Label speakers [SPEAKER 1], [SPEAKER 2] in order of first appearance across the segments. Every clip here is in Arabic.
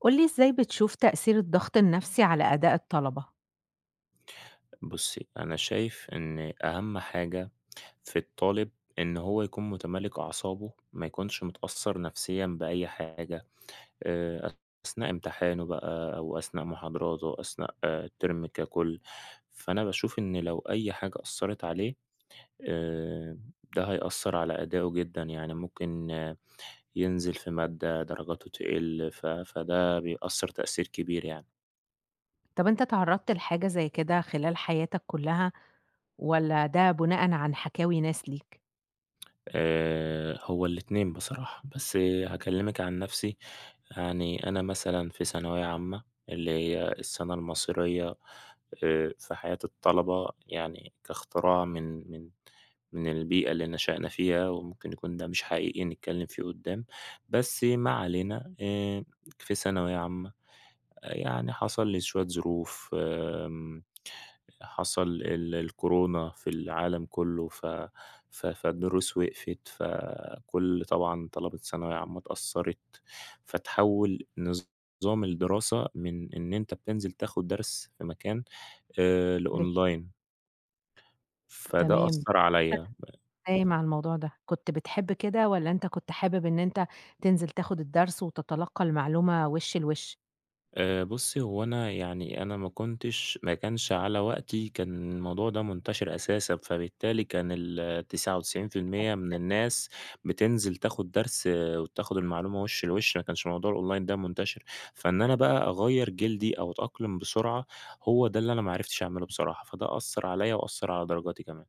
[SPEAKER 1] قُل لي إزاي بتشوف تأثير الضغط النفسي على أداء الطلبة؟
[SPEAKER 2] بُصّي، أنا شايف إن أهم حاجة في الطالب إن هو يكون متمالك أعصابه، ما يكونش متأثّر نفسيًا بأي حاجة، آآ، أثناء امتحانه بقى أو أثناء محاضراته، أثناء الترم ككُل. فأنا باشوف إن لو أي حاجة أثّرت عليه، آآ، ده هيأثّر على أدائه جدًا، يعني ممكن ينزل في مادة درجاته تقِل، فده بيأثّر تأثير كبير يعني.
[SPEAKER 1] طَب أنت اتعرّضت لحاجة زي كده خلال حياتك كلّها والّا ده بُناءً عن حكاوي ناس ليك؟
[SPEAKER 2] هو الاتنين بصراحة، بس هاكلّمِك عن نَفْسي، يعني أنا مثلًا في ثانوية عامة اللي هي السَنة المصرية في حياة الطلبة، يعني كاختراع من البيئة اللي نشأنا فيها وممكن يكون ده مش حقيقي نتكلّم فيه قُدّام، بس ما علينا في ثانوية عامة يعني حصل لي شوية ظروف حصل الكورونا في العالم كله، ف ف فالدروس وقفت، فكل طبعًا طلبة ثانوية عامة اتأثّرت، فتحوّل نظام الدراسة من إن أنت بتنزل تاخد درس في مكان
[SPEAKER 1] لأ.
[SPEAKER 2] لأونلاين، فده
[SPEAKER 1] تمام.
[SPEAKER 2] أثّر
[SPEAKER 1] انت
[SPEAKER 2] عليّا.
[SPEAKER 1] إزاي مع الموضوع ده؟ كنت بتحب كده والّا أنت كنت حابب إن أنت تنزل تاخد الدرس وتتلقّى المعلومة وِش لوِش؟
[SPEAKER 2] بُصّي، هو أنا يعني أنا ما كانش على وقتي كان الموضوع ده منتشر أساسًا، فبالتالي كان ال 99% من الناس بتنزل تاخد درس وتاخد المعلومة وِش لوِش، ما كانش موضوع الأونلاين ده منتشر، فإن أنا بقى أغيّر جلدي أو أتأقلم بسرعة، هو ده اللي أنا ما عرفتش أعمله بصراحة، فده أثّر عليّا وأثّر على درجاتي كمان.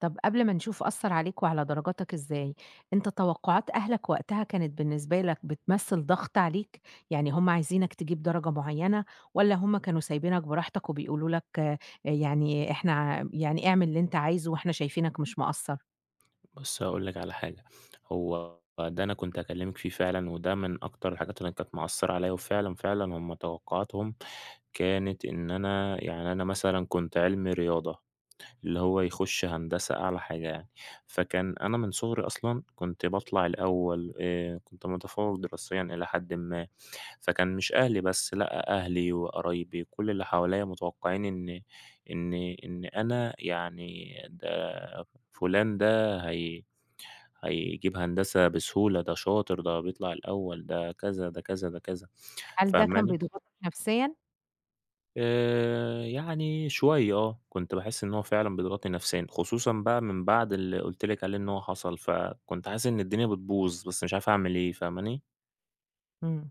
[SPEAKER 1] طب قبل ما نشوف أثّر عليك وعلى درجاتك إزاي، أنت توقعات أهلك وقتها كانت بالنسبة لك بتمثّل ضغط عليك؟ يعني هم عايزينك تجيب درجة معيّنة والّا هم كانوا سايبينك براحتك وبيقولوا لك آه، يعني إحنا ع يعني اعمل اللي أنت عايزه وإحنا شايفينك مش مقصّر؟
[SPEAKER 2] بُصّ، هاقول لك على حاجة، هو ده أنا كنت هاكلّمِك فيه فعلًا، وده من أكتر الحاجات اللي كانت مأثّرة عليَّ، وفعلًا، فعلًا هم توقعاتهم كانت إن أنا يعني أنا مثلًا كنت علمي رياضة، اللي هو يخُش هندسة أعلى حاجة يعني، فكان أنا من صغري أصلًا كنت باطلع الأول، كنت متفوّق دراسيًا إلى حدٍ ما، فكان مش أهلي بس، لأ، أهلي وقرايبي كل اللي حواليّا متوقعين إن إن أنا يعني ده فلان ده هيجيب هندسة بسهولة، ده شاطر، ده بيطلع الأول، ده كذا، ده كذا، ده كذا،
[SPEAKER 1] هل ده كان
[SPEAKER 2] فاهماني؟
[SPEAKER 1] بيضغطك نفسيًا؟
[SPEAKER 2] يعني شوية كنت باحس إن هو فعلًا بيضغطني نفسيًا، خصوصًا بقى من بعد اللي قُلت لِك عليه إن هو حصل، فكنت حاسس إن الدنيا بتبوظ، بس مش عارف أعمل إيه، فاهماني؟
[SPEAKER 1] إمم.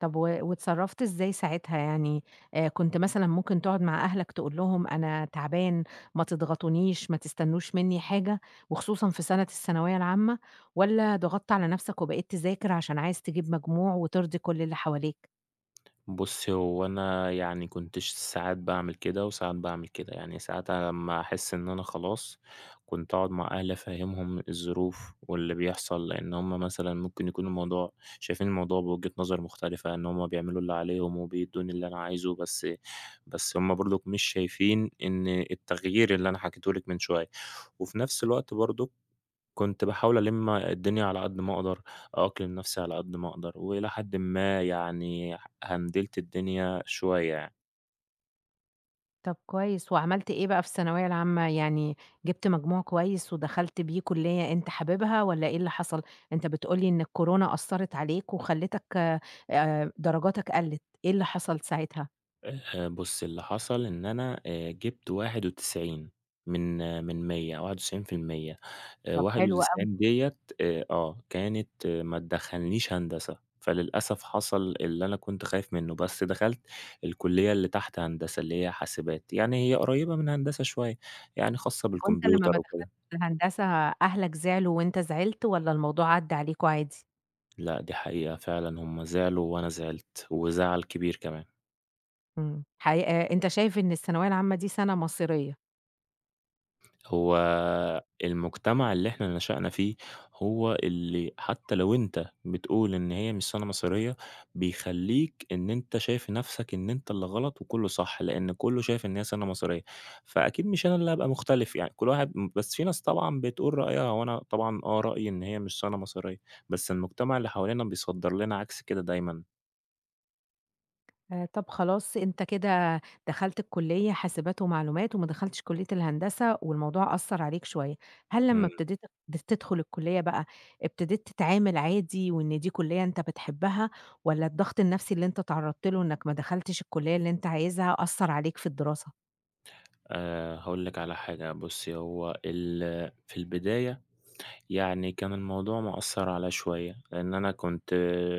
[SPEAKER 1] طب واتصرّفت إزاي ساعتها يعني، كنت مثلًا ممكن تقعد مع أهلك تقول لهم أنا تعبان، ما تضغطونيش، ما تستنوش منّي حاجة، وخصوصًا في سنة الثانوية العامة، والّا ضغطت على نفسك وبقيت تذاكر عشان عايز تجيب مجموع وترضي كل اللي حواليك؟
[SPEAKER 2] بُصّي، هو أنا يعني كنت ساعات باعمل كده وساعات باعمل كده، يعني ساعات لمّا أحس إن أنا خلاص كنت أقعد مع أهلي أفهّمهم الظروف واللي بيحصل، لإن هم مثلًا ممكن يكون الموضوع شايفين الموضوع بوجهة نظر مختلفة، إن هم بيعملوا اللي عليهم وبيدّوني اللي أنا عايزه، بس هم برضُك مش شايفين إن التغيير اللي أنا حكيته لِك من شوية، وفي نفس الوقت برضُك كنت باحاول ألِم الدنيا على قد ما أقدر، أأقلم نفسي على قد ما أقدر، وإلى حدٍ ما يعني هندلت الدنيا شوية يعني.
[SPEAKER 1] طب كويس، وعملت إيه بقى في الثانوية العامة، يعني جبت مجموع كويس ودخلت بيه كلية أنت حاببها والّا إيه اللي حصل؟ أنت بتقول لي إن الكورونا أثّرت عليك وخلّتك درجاتك قلّت، إيه اللي حصل ساعتها؟
[SPEAKER 2] بُص، اللي حصل إن أنا جِبت 91 من 100 91%،
[SPEAKER 1] طب حلو أوي.
[SPEAKER 2] 91 ديّة كانت ما تدخّلنيش هندسة، فللأسف حصل اللي أنا كنت خايف منه، بس دخلت الكلية اللي تحت هندسة، اللي هي حاسبات، يعني هي قريبة من هندسة شوية، يعني خاصة
[SPEAKER 1] طب وأنت لمّا
[SPEAKER 2] بالكمبيوتر
[SPEAKER 1] ما دخلت
[SPEAKER 2] وكده.
[SPEAKER 1] هندسة أهلك زعلوا وأنت زعلت والّا الموضوع عدّى عليكم عادي؟
[SPEAKER 2] لأ، دي حقيقة فعلًا هم زعلوا وأنا زعلت، وزعل كبير كمان.
[SPEAKER 1] إمم، حقي أنت شايف إن الثانوية العامة دي سَنة مصيرية،
[SPEAKER 2] هو المجتمع اللي إحنا نشأنا فيه هو اللي حتى لو أنت بتقول إن هي مش سنة مصيرية، بيخلّيك إن أنت شايف نَفْسك إن أنت اللي غلط وكُلّه صح، لإن كُلّه شايف إن هي سنة مصيرية، فأكيد مش أنا اللي هابقى مختلف يعني كل واحد بس في ناس طبعًا بتقول رأيها وأنا طبعًا رأيي إن هي مش سنة مصيرية، بس المجتمع اللي حوالينا بيصدّر لنا عكس كده دايمًا.
[SPEAKER 1] طب خلاص أنت كده دخلت الكلية حاسبات ومعلومات وما دخلتش كلية الهندسة والموضوع أثّر عليك شوية، هل لمّا
[SPEAKER 2] إمم.
[SPEAKER 1] ابتديت تدخل الكلية بقى ابتديت تتعامل عادي وإن دي كلية أنت بتحبها والّا الضغط النفسي اللي أنت اتعرّضت له إنك ما دخلتش الكلية اللي أنت عايزها أثّر عليك في الدراسة؟
[SPEAKER 2] هاقول لِك على حاجة، بُصّي هو في البداية يعني كان الموضوع مأثّر عليَّ شوية، لإن أنا كنت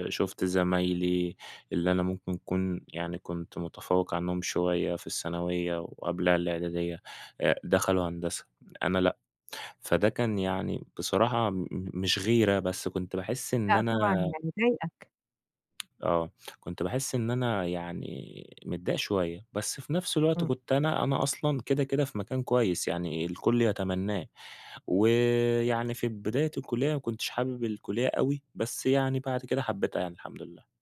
[SPEAKER 2] شُفت زمايلي اللي أنا ممكن أكون يعني كنت متفوّق عنّهم شوية في الثانوية وقبلها الإعدادية، دخلوا هندسة، أنا لأ، فده كان يعني بصراحة مش غيرة، بس
[SPEAKER 1] لأ طبعًا يعني ضايقك.
[SPEAKER 2] آه، كنت باحس إن أنا يعني متضايق شوية، بس في نفس الوقت
[SPEAKER 1] إمم.
[SPEAKER 2] كنت أنا أصلًا كده، كده في مكان كويس يعني الكل يتمناه، ويعني في بداية الكلية ما كنتش حابب الكلية أوي، بس يعني بعد كده حبيتها يعني الحمد لله.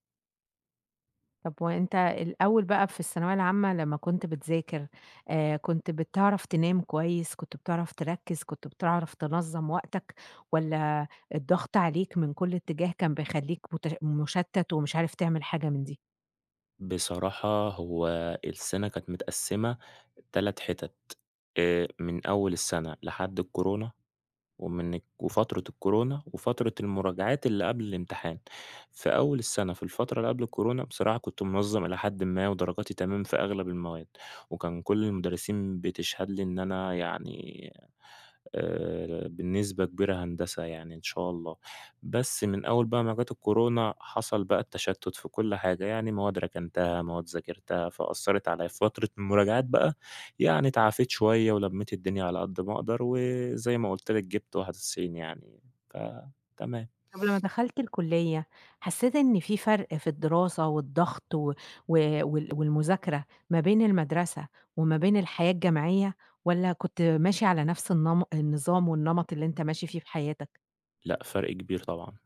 [SPEAKER 1] طب وأنت الأول بقى في الثانوية العامة لمّا كنت بتذاكر، كنت بتعرف تنام كويس، كنت بتعرف تركّز، كنت بتعرف تنظّم وقتك، والّا الضغط عليك من كل اتجاه كان بيخلّيك مشتت ومش عارف تعمل حاجة من دي؟
[SPEAKER 2] بصراحة هو السنة كانت متقسّمة 3 حِتَت، من أول السنة لحد الكورونا ومن الك وفترة الكورونا، وفترة المراجعات اللي قبل الامتحان. في أول السنة، في الفترة اللي قبل الكورونا، بصراحة كنت منظَّم إلى حدٍ ما ودرجاتي تمام في أغلب المواد، وكان كل المدرسين بتشهد لي إن أنا يعني بنسبة كبيرة هندسة يعني إن شاء الله. بس من أول بقى ما جات الكورونا، حصل بقى التشتُّت في كل حاجة، يعني مواد ركنتها، مواد ذاكرتها، فأثّرت عليّا. في فترة المراجعات بقى يعني تعافيت شوية ولمّيت الدنيا على قد ما أقدر و زي ما قُلت لك جِبت 91 يعني، فتمام.
[SPEAKER 1] طب لمّا دخلت الكلية، حسيت إن في فرق في الدراسة والضغط و و وال والمذاكرة ما بين المدرسة وما بين الحياة الجامعية، والّا كنت ماشي على نفس النظام والنمط اللي أنت ماشي فيه في حياتك؟
[SPEAKER 2] لأ، فرق كبير طبعًا.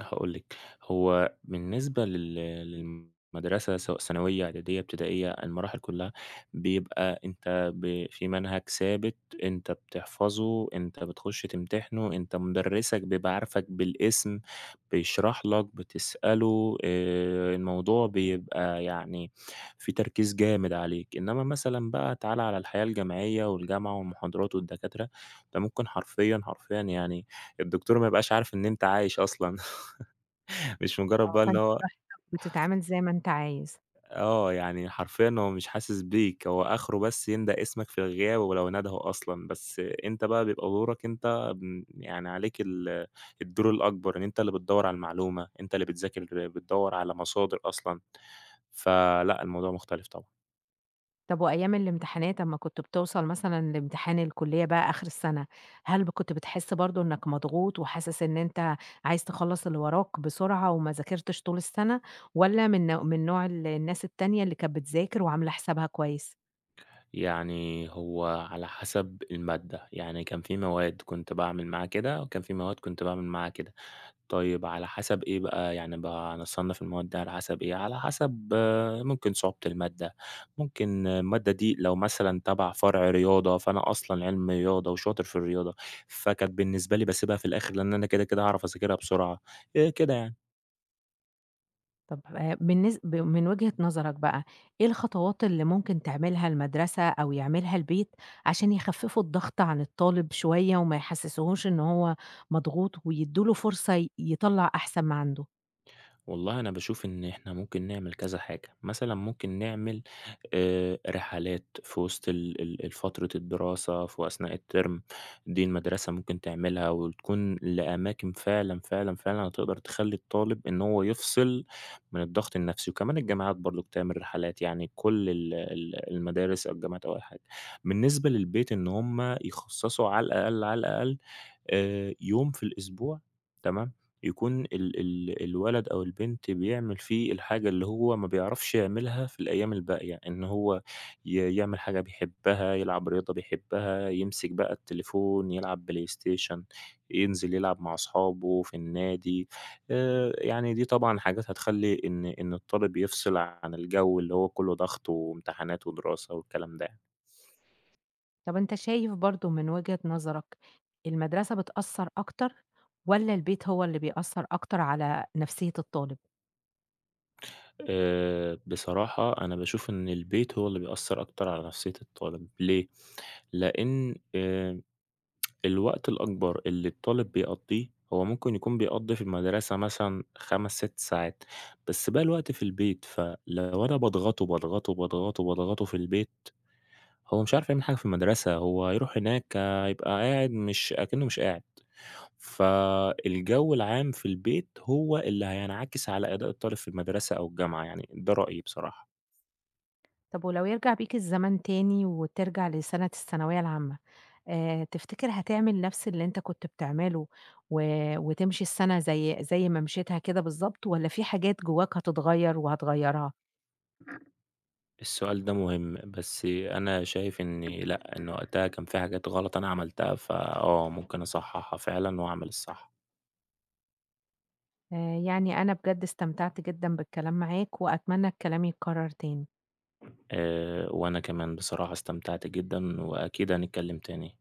[SPEAKER 2] هاقول لِك، هو بالنسبة للمدرسة سواء ثانوية، إعدادية، ابتدائية، المراحل كلّها بيبقى أنت في منهج ثابت أنت بتحفظه، أنت بتخش تمتحنه، أنت مُدرّسك بيبقى عارفك بالاسم، بيشرح لك، بتسأله، الموضوع بيبقى يعني في تركيز جامد عليك، إنّما مثلًا بقى تعالَ على الحياة الجامعية والجامعة والمحاضرات والدكاترة، أنت ممكن حرفيًا، حرفيًا يعني الدكتور ما يبقاش عارف إن أنت عايش أصلًا. مش مجرد
[SPEAKER 1] آه،
[SPEAKER 2] بقى إن
[SPEAKER 1] فأنت
[SPEAKER 2] هو
[SPEAKER 1] براحتك بتتعامل زي ما أنت عايز.
[SPEAKER 2] يعني حرفيًا هو مش حاسس بيك، هو آخره بس يندى اسمك في الغياب ولو نادَه أصلًا، بس أنت بقى بيبقى دورك أنت يعني عليك الدور الأكبر، إن أنت اللي بتدوّر على المعلومة، أنت اللي بتذاكر، بتدوّر على مصادر أصلًا، فلأ الموضوع مختلف طبعًا.
[SPEAKER 1] طب وأيام الامتحانات أمّا كنت بتوصل مثلًا لامتحان الكلية بقى آخر السنة، هل كنت بتحس برضه إنك مضغوط وحاسس إن أنت عايز تخلّص اللي وراك بسرعة وما ذاكرتش طول السنة، والّا من من نوع الناس التانية اللي كانت بتذاكر وعاملة حسابها كويس؟
[SPEAKER 2] يعني هو على حسب المادة، يعني كان في مواد كنت باعمل معاها كده، وكان في مواد كنت باعمل معاها كده. طيب على حسب إيه بقى، يعني بقى هنصنّف المواد دي على حسب إيه، على حسب ممكن صعوبة المادة، ممكن المادة دي لو مثلًا تبع فرع رياضة، فأنا أصلًا علمي رياضة وشاطر في الرياضة، فكانت بالنسبة لي باسيبها في الآخر لإن أنا كده، كده هاعرف أذاكرها بسرعة، كده يعني.
[SPEAKER 1] طب بالنس ب من وجهة نظرك بقى، إيه الخطوات اللي ممكن تعملها المدرسة أو يعملها البيت عشان يخففوا الضغط عن الطالب شوية وما يحسسهوش إن هو مضغوط ويدّوا له فرصة يطلّع أحسن ما عنده؟
[SPEAKER 2] والله أنا باشوف إن إحنا ممكن نعمل كذا حاجة، مثلًا ممكن نعمل رحلات في وسط ال ال ال فترة الدراسة في أثناء الترم، دي المدرسة ممكن تعملها وتكون لأماكن فعلًا، فعلًا، فعلًا هتقدر تخلّي الطالب إن هو يفصل من الضغط النفسي، وكمان الجامعات برضه بتعمل رحلات يعني كل ال ال المدارس أو الجامعات أو أي حاجة. بالنسبة للبيت إن هم يخصصوا على الأقل، على الأقل يوم في الأسبوع تمام؟ يكون ال ال الولد أو البنت بيعمل فيه الحاجة اللي هو ما بيعرفش يعملها في الأيام الباقية، إن هو يعمل حاجة بيحبها، يلعب رياضة بيحبها، يمسك بقى التليفون، يلعب بلاي ستيشن، ينزل يلعب مع أصحابه في النادي، يعني دي طبعًا حاجات هتخلّي إن الطالب يفصل عن الجو اللي هو كلّه ضغط وامتحانات ودراسة والكلام ده يعني.
[SPEAKER 1] طب أنت شايف برضه من وجهة نظرك المدرسة بتأثّر أكتر والّا البيت هو اللي بيأثّر أكتر على نفسية الطالب؟
[SPEAKER 2] بصراحة أنا باشوف إن البيت هو اللي بيأثّر أكتر على نفسية الطالب، ليه؟ لأن الوقت الأكبر اللي الطالب بيقضّيه، هو ممكن يكون بيقضّي في المدرسة مثلًا 5، 6 ساعات، بس باقي الوقت في البيت، فلو أنا باضغطه، باضغطه، باضغطه، باضغطه في البيت، هو مش عارف يعمل حاجة في المدرسة، هو هيروح هناك هيبقى قاعد مش أكنّه مش قاعد، فالجو العام في البيت هو اللي هينعكس على أداء الطالب في المدرسة أو الجامعة يعني، ده رأيي بصراحة.
[SPEAKER 1] طب ولو يرجع بيك الزمن تاني وترجع لسنة الثانوية العامة؟ تفتكر هتعمل نفس اللي أنت كنت بتعمله و وتمشي السَنة زي ما مشيتها كده بالضبط والّا في حاجات جواك هتتغيّر وهتغيّرها؟
[SPEAKER 2] السؤال ده مهم، بس أنا شايف إن لأ، إن وقتها كان في حاجات غلط أنا عملتها، فآه ممكن أصحّحها فعلًا وأعمل الصح.
[SPEAKER 1] آآ يعني أنا بجد استمتعت جدًا بالكلام معاك وأتمنى الكلام يتكرر تاني.
[SPEAKER 2] وأنا كمان بصراحة استمتعت جدًا، وأكيد هنتكلم تاني.